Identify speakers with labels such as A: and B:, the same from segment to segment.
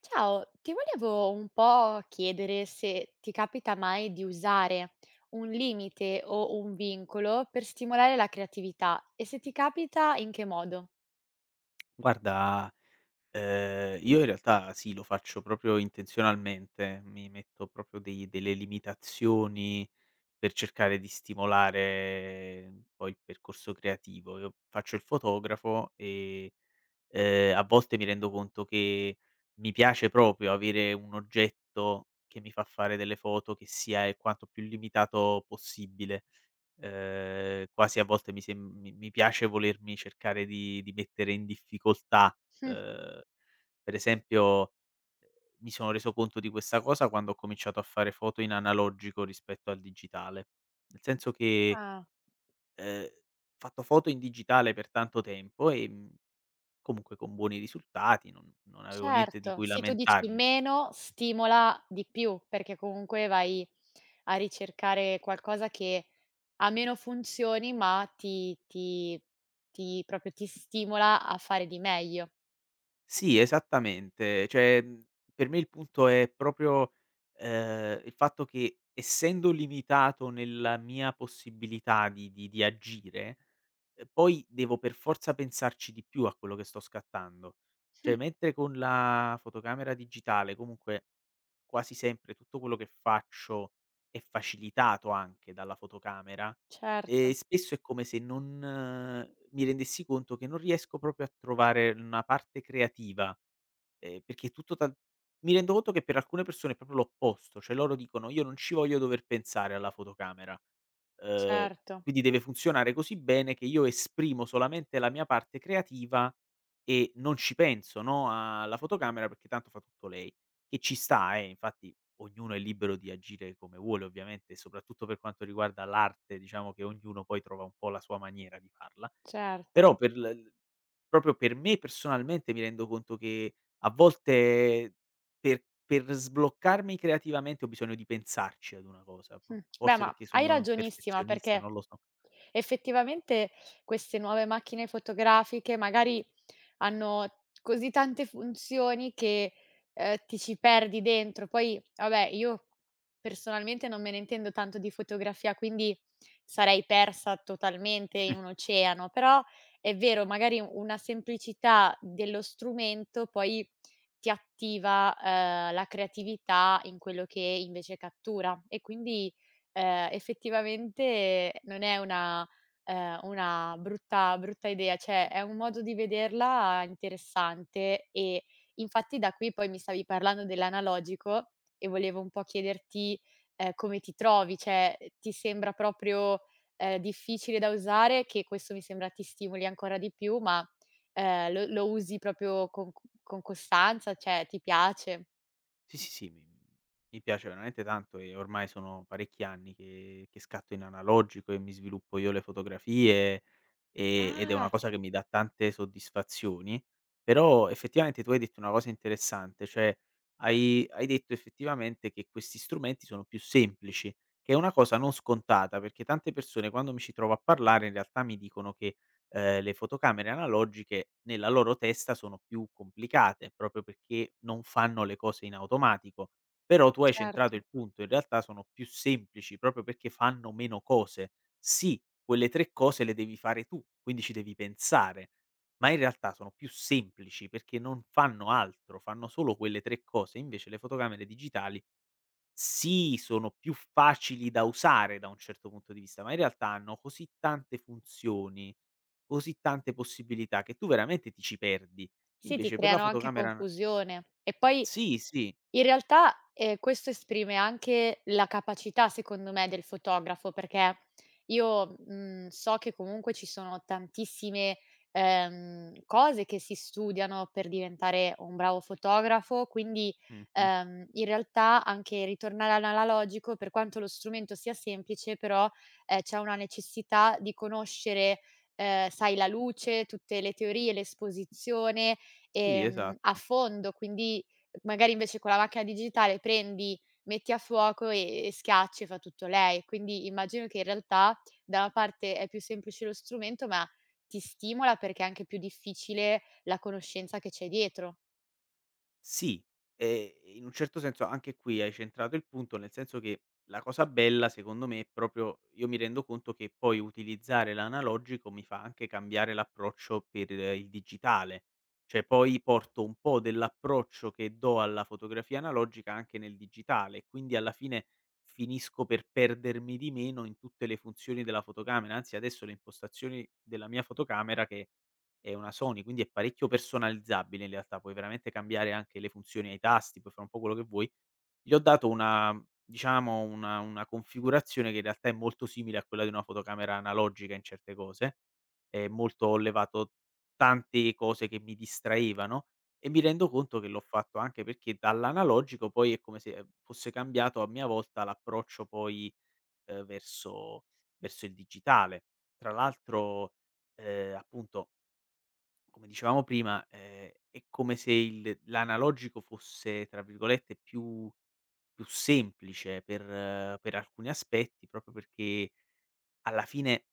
A: Ciao, ti volevo un po' chiedere se ti capita mai di usare un limite o un vincolo per stimolare la creatività e se ti capita in che modo?
B: Guarda, io in realtà sì, lo faccio proprio intenzionalmente, mi metto proprio dei delle limitazioni per cercare di stimolare poi il percorso creativo. Io faccio il fotografo e, a volte mi rendo conto che mi piace proprio avere un oggetto che mi fa fare delle foto che sia il quanto più limitato possibile. Quasi a volte mi sem mi mi piace volermi cercare di mettere in difficoltà.
A: Mh.
B: Ehm, per esempio, mi sono reso conto di questa cosa quando ho cominciato a fare foto in analogico rispetto al digitale. Nel senso che,
A: Ah.
B: ho fatto foto in digitale per tanto tempo e, comunque con buoni risultati, non avevo niente di
A: Certo,
B: cui
A: sì, tu dici
B: lamentarmi.
A: meno stimola di più, perché comunque vai a ricercare qualcosa che ha meno funzioni, ma ti proprio ti stimola a fare di meglio.
B: Sì, esattamente. Cioè, per me il punto è proprio, il fatto che essendo limitato nella mia possibilità di agire, poi devo per forza pensarci di più a quello che sto scattando. Cioè,
A: Mh.
B: mentre con la fotocamera digitale comunque quasi sempre tutto quello che faccio è facilitato anche dalla fotocamera,
A: Certo,
B: spesso è come se non mi rendessi conto che non riesco proprio a trovare una parte creativa. Perché è tutto tan mi rendo conto che per alcune persone è proprio l'opposto, cioè loro dicono: "Io non ci voglio dover pensare alla fotocamera, uhm,
A: certo,
B: quindi deve funzionare così bene che io esprimo solamente la mia parte creativa e non ci penso, no, alla fotocamera perché tanto fa tutto lei." Che ci sta, infatti ognuno è libero di agire come vuole ovviamente, soprattutto per quanto riguarda l'arte, diciamo che ognuno poi trova un po' la sua maniera di farla.
A: certo.
B: Però per l l proprio per me personalmente mi rendo conto che a volte per sbloccarmi creativamente ho bisogno di pensarci ad una cosa, p
A: Mh. Beh,
B: forse
A: ma
B: perché
A: hai
B: sono
A: ragionissima
B: perfezionista, non
A: perché
B: lo so.
A: effettivamente queste nuove macchine fotografiche magari hanno così tante funzioni che, ti ci perdi dentro. Poi vabbè, io personalmente non me ne intendo tanto di fotografia, quindi sarei persa totalmente in un oceano, però è vero, magari una semplicità dello strumento poi ti attiva, la creatività in quello che invece cattura e quindi effettivamente non è una brutta brutta idea, cioè è un modo di vederla interessante e infatti da qui poi mi stavi parlando dell'analogico e volevo un po' chiederti, come ti trovi, cioè ti sembra proprio, difficile da usare, che questo mi sembra ti stimoli ancora di più, ma, lo usi proprio con costanza, cioè ti piace?
B: Sì, sì, sì, mi piace veramente tanto e ormai sono parecchi anni che scatto in analogico e mi sviluppo io le fotografie, ed è una
A: Ah,
B: cosa che mi dà tante soddisfazioni. Però effettivamente tu hai detto una cosa interessante, cioè hai detto effettivamente che questi strumenti sono più semplici, che è una cosa non scontata, perché tante persone quando mi ci trovo a parlare in realtà mi dicono che le fotocamere analogiche nella loro testa sono più complicate, proprio perché non fanno le cose in automatico. Però tu hai centrato
A: certo.
B: il punto, in realtà sono più semplici, proprio perché fanno meno cose. Sì, quelle 3 cose le devi fare tu, quindi ci devi pensare, ma in realtà sono più semplici perché non fanno altro, fanno solo quelle 3 cose, invece le fotocamere digitali sì, sono più facili da usare da un certo punto di vista, ma in realtà hanno così tante funzioni, così tante possibilità che tu veramente ti ci perdi.
A: Sì, ti
B: Invece per la
A: creano anche
B: fotocamera n
A: confusione. E poi
B: Sì, sì.
A: in realtà, questo esprime anche la capacità, secondo me, del fotografo, perché io, mhmm, so che comunque ci sono tantissime, cose che si studiano per diventare un bravo fotografo, quindi,
B: Mh-mh.
A: in realtà anche ritornare all'analogico, per quanto lo strumento sia semplice, però, c'è una necessità di conoscere, sai, la luce, tutte le teorie, l'esposizione,
B: Sì,
A: a
B: esatto.
A: fondo, quindi magari invece con la macchina digitale prendi, metti a fuoco e schiacci e fa tutto lei. Quindi immagino che in realtà da una parte è più semplice lo strumento, ma ti stimola perché è anche più difficile la conoscenza che c'è dietro.
B: Sì, in un certo senso anche qui hai centrato il punto, nel senso che la cosa bella secondo me è proprio io mi rendo conto che poi utilizzare l'analogico mi fa anche cambiare l'approccio per il digitale. Cioè poi porto un po' dell'approccio che do alla fotografia analogica anche nel digitale, quindi alla fine finisco per perdermi di meno in tutte le funzioni della fotocamera, anzi adesso le impostazioni della mia fotocamera che è una Sony, quindi è parecchio personalizzabile in realtà, puoi veramente cambiare anche le funzioni ai tasti, puoi fare un po' quello che vuoi. Gli ho dato una diciamo una configurazione che in realtà è molto simile a quella di una fotocamera analogica in certe cose, molto ho levato tante cose che mi distraevano e mi rendo conto che l'ho fatto anche perché dall'analogico poi è come se fosse cambiato a mia volta l'approccio poi, verso il digitale. Tra l'altro, appunto come dicevamo prima, è come se il l'analogico fosse, tra virgolette, più semplice per alcuni aspetti, proprio perché alla fine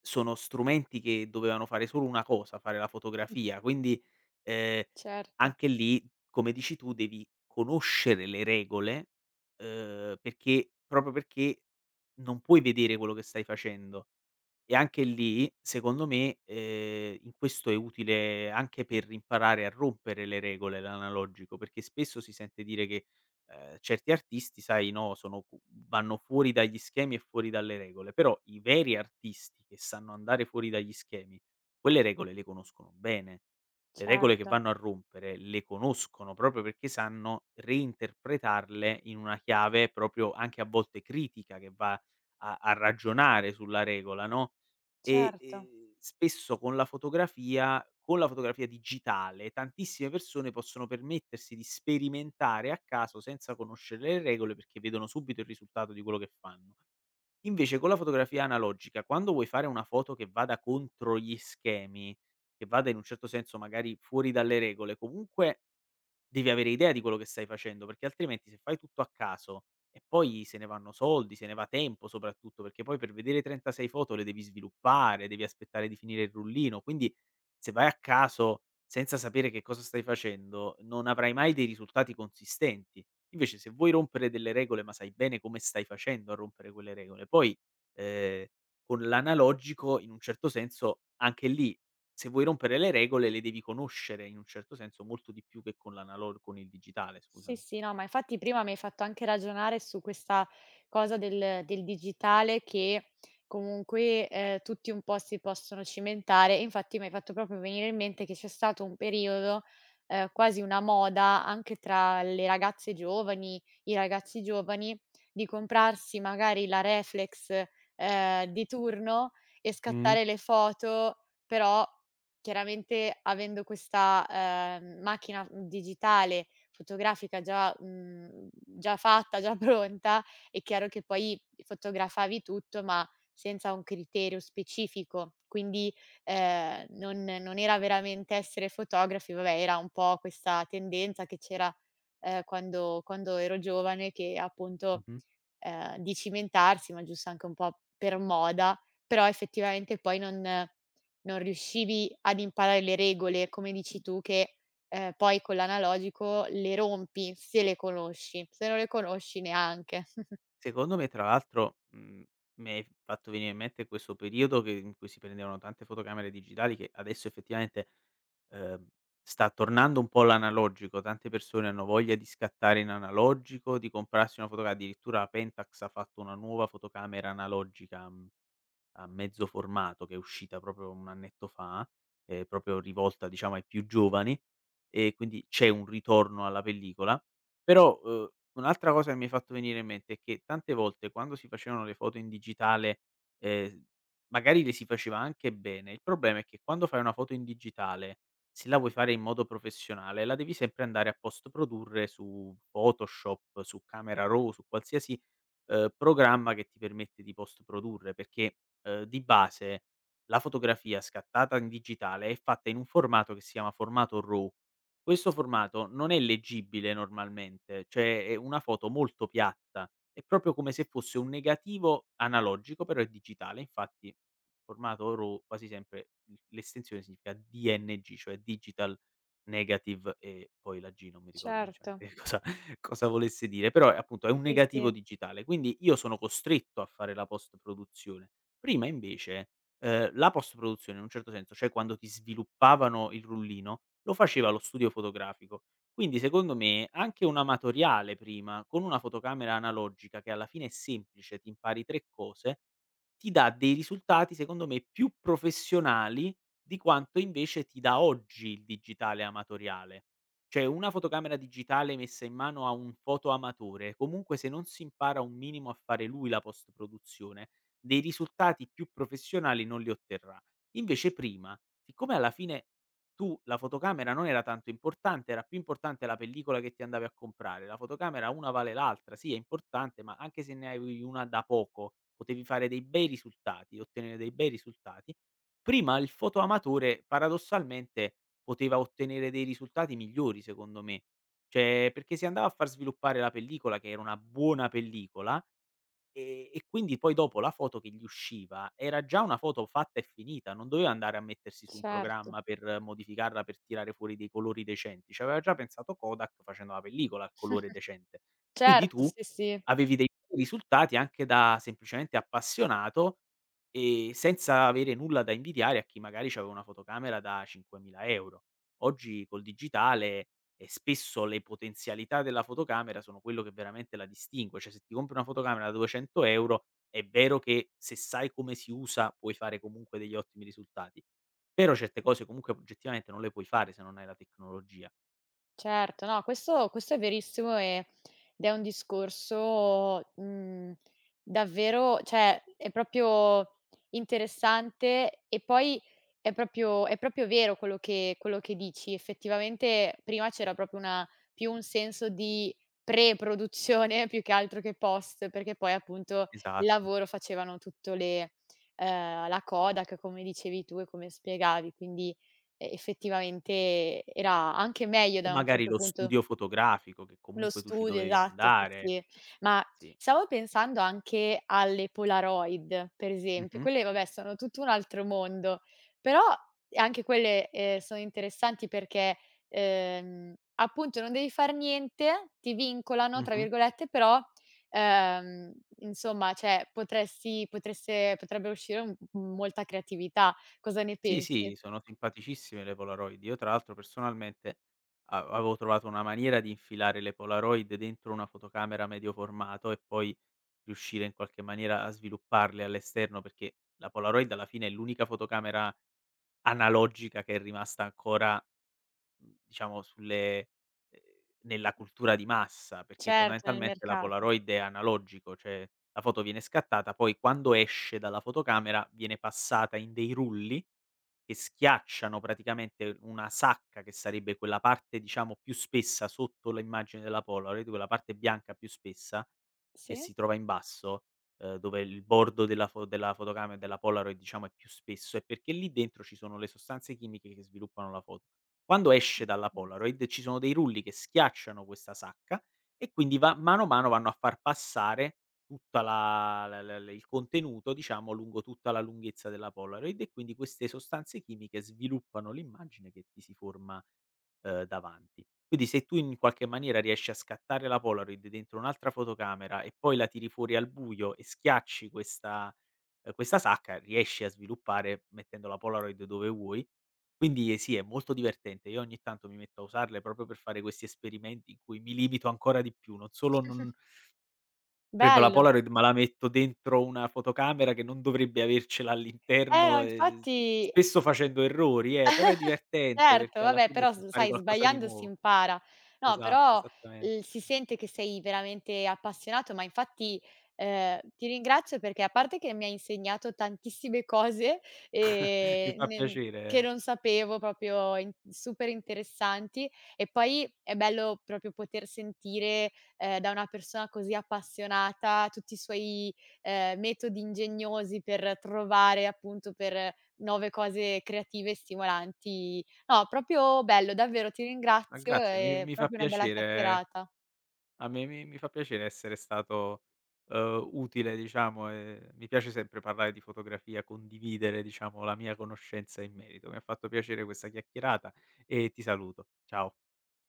B: sono strumenti che dovevano fare solo una cosa, fare la fotografia, quindi, ehm,
A: Certo,
B: anche lì, come dici tu, devi conoscere le regole, perché proprio perché non puoi vedere quello che stai facendo. E anche lì, secondo me, in questo è utile anche per imparare a rompere le regole l'analogico, perché spesso si sente dire che certi artisti sai, no, sono cu vanno fuori dagli schemi e fuori dalle regole, però i veri artisti che sanno andare fuori dagli schemi, quelle regole le conoscono bene. Le regole che
A: certo,
B: vanno a rompere le conoscono proprio perché sanno reinterpretarle in una chiave proprio anche a volte critica che va a ragionare sulla regola, no, e,
A: certo.
B: spesso con la fotografia digitale tantissime persone possono permettersi di sperimentare a caso senza conoscere le regole, perché vedono subito il risultato di quello che fanno. Invece con la fotografia analogica, quando vuoi fare una foto che vada contro gli schemi, che vada in un certo senso magari fuori dalle regole, comunque devi avere idea di quello che stai facendo, perché altrimenti se fai tutto a caso e poi se ne vanno soldi, se ne va tempo soprattutto, perché poi per vedere 36 foto le devi sviluppare, devi aspettare di finire il rullino, quindi se vai a caso senza sapere che cosa stai facendo, non avrai mai dei risultati consistenti. Invece se vuoi rompere delle regole, ma sai bene come stai facendo a rompere quelle regole, poi, ehm, con l'analogico in un certo senso anche lì se vuoi rompere le regole le devi conoscere in un certo senso molto di più che con l'analo con il digitale,
A: Sì,
B: scusami.
A: sì, no, ma infatti prima mi hai fatto anche ragionare su questa cosa del digitale che comunque, tutti un po' si possono cimentare. Infatti mi hai fatto proprio venire in mente che c'è stato un periodo, quasi una moda anche tra le ragazze giovani, i ragazzi giovani, di comprarsi magari la reflex, di turno e
B: Mh.
A: scattare le foto, però chiaramente avendo questa, macchina digitale fotografica già mhmm, già fatta, già pronta, è chiaro che poi fotografavi tutto, ma senza un criterio specifico. Quindi, non era veramente essere fotografi, vabbè, era un po' questa tendenza che c'era, quando ero giovane che appunto
B: Mh-mh.
A: di cimentarsi, ma giusto anche un po' per moda, però effettivamente poi non riuscivi ad imparare le regole, come dici tu, che, poi con l'analogico le rompi se le conosci, se non le conosci neanche.
B: Secondo me tra l'altro, mi hai fatto venire in mente questo periodo che in cui si prendevano tante fotocamere digitali che adesso effettivamente, ehm, sta tornando un po' l'analogico, tante persone hanno voglia di scattare in analogico, di comprarsi una fotoca addirittura Pentax ha fatto una nuova fotocamera analogica, mhmm a mezzo formato che è uscita proprio un annetto fa, proprio rivolta diciamo ai più giovani, e quindi c'è un ritorno alla pellicola. Però, un'altra cosa che mi hai fatto venire in mente è che tante volte quando si facevano le foto in digitale, ehm, magari le si faceva anche bene. Il problema è che quando fai una foto in digitale, se la vuoi fare in modo professionale, la devi sempre andare a post produrre su Photoshop, su Camera Raw, su qualsiasi programma che ti permette di post produrre, perché, di base la fotografia scattata in digitale è fatta in un formato che si chiama formato RAW. Questo formato non è leggibile normalmente, cioè è una foto molto piatta, è proprio come se fosse un negativo analogico, però è digitale. Infatti il formato RAW quasi sempre l'estensione significa DNG, cioè digital negative e poi la G non mi ricordo sinceramente
A: Certo,
B: che cosa volesse dire, però è appunto è un
A: sì,
B: negativo
A: sì,
B: digitale, quindi io sono costretto a fare la post-produzione. Prima invece, la post-produzione in un certo senso, cioè quando ti sviluppavano il rullino, lo faceva lo studio fotografico. Quindi secondo me anche un amatoriale prima, con una fotocamera analogica che alla fine è semplice, ti impari 3 cose, ti dà dei risultati secondo me più professionali di quanto invece ti dà oggi il digitale amatoriale. Cioè una fotocamera digitale messa in mano a un fotoamatore, comunque se non si impara un minimo a fare lui la post-produzione, dei risultati più professionali non li otterrà. Invece prima, siccome alla fine tu la fotocamera non era tanto importante, era più importante la pellicola che ti andavi a comprare, la fotocamera una vale l'altra, sì è importante, ma anche se ne avevi una da poco, potevi fare dei bei risultati, ottenere dei bei risultati. Prima il fotoamatore paradossalmente poteva ottenere dei risultati migliori secondo me. Cioè, perché si andava a far sviluppare la pellicola, che era una buona pellicola, e quindi poi dopo la foto che gli usciva era già una foto fatta e finita, non doveva andare a mettersi su un
A: certo.
B: programma per modificarla, per tirare fuori dei colori decenti. C'aveva già pensato Kodak facendo la pellicola al colore decente. Quindi
A: Certo,
B: tu
A: sì, sì.
B: avevi dei risultati anche da semplicemente appassionato, senza avere nulla da invidiare a chi magari c'aveva una fotocamera da 5.000 €. Oggi col digitale e spesso le potenzialità della fotocamera sono quello che veramente la distingue. Cioè, se ti compri una fotocamera da 200 € è vero che se sai come si usa puoi fare comunque degli ottimi risultati, però certe cose comunque oggettivamente non le puoi fare se non hai la tecnologia.
A: Certo, no, questo questo è verissimo ed è un discorso, mhmm, davvero, cioè è proprio interessante e poi è proprio vero quello che dici. Effettivamente prima c'era proprio una più un senso di pre-produzione più che altro che post, perché poi appunto il
B: Esatto.
A: lavoro facevano tutto le la Kodak come dicevi tu e come spiegavi, quindi effettivamente era anche meglio
B: O
A: da un
B: magari
A: certo
B: lo
A: punto.
B: studio fotografico che
A: Lo
B: comunque tu ci
A: studio,
B: dovevi
A: esatto, sì,
B: andare.
A: sì. Ma
B: Sì.
A: stavo pensando anche alle Polaroid, per esempio.
B: Mh-mh.
A: Quelle vabbè sono tutto un altro mondo, però anche quelle, sono interessanti perché, appunto non devi far niente, ti "vincolano" tra
B: Mh-mh.
A: virgolette, però, ehm, insomma, cioè potresti potreste potrebbe uscire un molta creatività. Cosa ne
B: Sì,
A: pensi?
B: sì, sono simpaticissime le Polaroid. Io tra l'altro personalmente a avevo trovato una maniera di infilare le Polaroid dentro una fotocamera medio formato e poi riuscire in qualche maniera a svilupparle all'esterno, perché la Polaroid alla fine è l'unica fotocamera analogica che è rimasta ancora, diciamo sulle ehm, nella cultura di massa, perché
A: Certo, nel
B: fondamentalmente la
A: mercato.
B: Polaroid è analogico, cioè la foto viene scattata, poi quando esce dalla fotocamera viene passata in dei rulli che schiacciano praticamente una sacca che sarebbe quella parte, diciamo, più spessa sotto l'immagine della Polaroid, quella parte bianca più spessa che
A: Sì.
B: si trova in basso, dove il bordo della fotocamera e della Polaroid, diciamo, è più spesso, è perché lì dentro ci sono le sostanze chimiche che sviluppano la foto. Quando esce dalla
A: Pensa.
B: Polaroid ci sono dei rulli che schiacciano questa sacca e quindi va mano a mano vanno a far passare tutta la la la l il contenuto, diciamo, lungo tutta la lunghezza della Polaroid e quindi queste sostanze chimiche sviluppano l'immagine che ti si forma, davanti. Quindi se tu in qualche maniera riesci a scattare la Polaroid dentro un'altra fotocamera e poi la tiri fuori al buio e schiacci questa sacca, riesci a sviluppare mettendo la Polaroid dove vuoi. Quindi sì, è molto divertente. Io ogni tanto mi metto a usarle proprio per fare questi esperimenti in cui mi limito ancora di più, non solo non prendo la
A: Bello.
B: Polaroid, ma la metto dentro una fotocamera che non dovrebbe avercela all'interno,
A: Infatti.
B: spesso facendo errori però è divertente
A: Certo,
B: perché alla
A: vabbè,
B: fine
A: però
B: ti
A: s
B: impari
A: sai
B: qualcosa di
A: sbagliando si
B: nuovo.
A: impara. No,
B: Esatto,
A: però,
B: esattamente.
A: si sente che sei veramente appassionato, ma infatti, ti ringrazio perché a parte che mi hai insegnato tantissime cose,
B: Mi fa
A: ne
B: piacere.
A: che non sapevo, proprio in super interessanti, e poi è bello proprio poter sentire, da una persona così appassionata tutti i suoi, metodi ingegnosi per trovare appunto per nuove cose creative e stimolanti. No, proprio bello, davvero ti
B: Ma
A: ringrazio,
B: grazie, mi
A: è
B: mi fa
A: proprio una bella
B: piacere
A: chiacchierata.
B: a me mi fa piacere essere stato, utile diciamo, e mi piace sempre parlare di fotografia, condividere, diciamo, la mia conoscenza in merito. Mi ha fatto piacere questa chiacchierata e ti saluto. Ciao.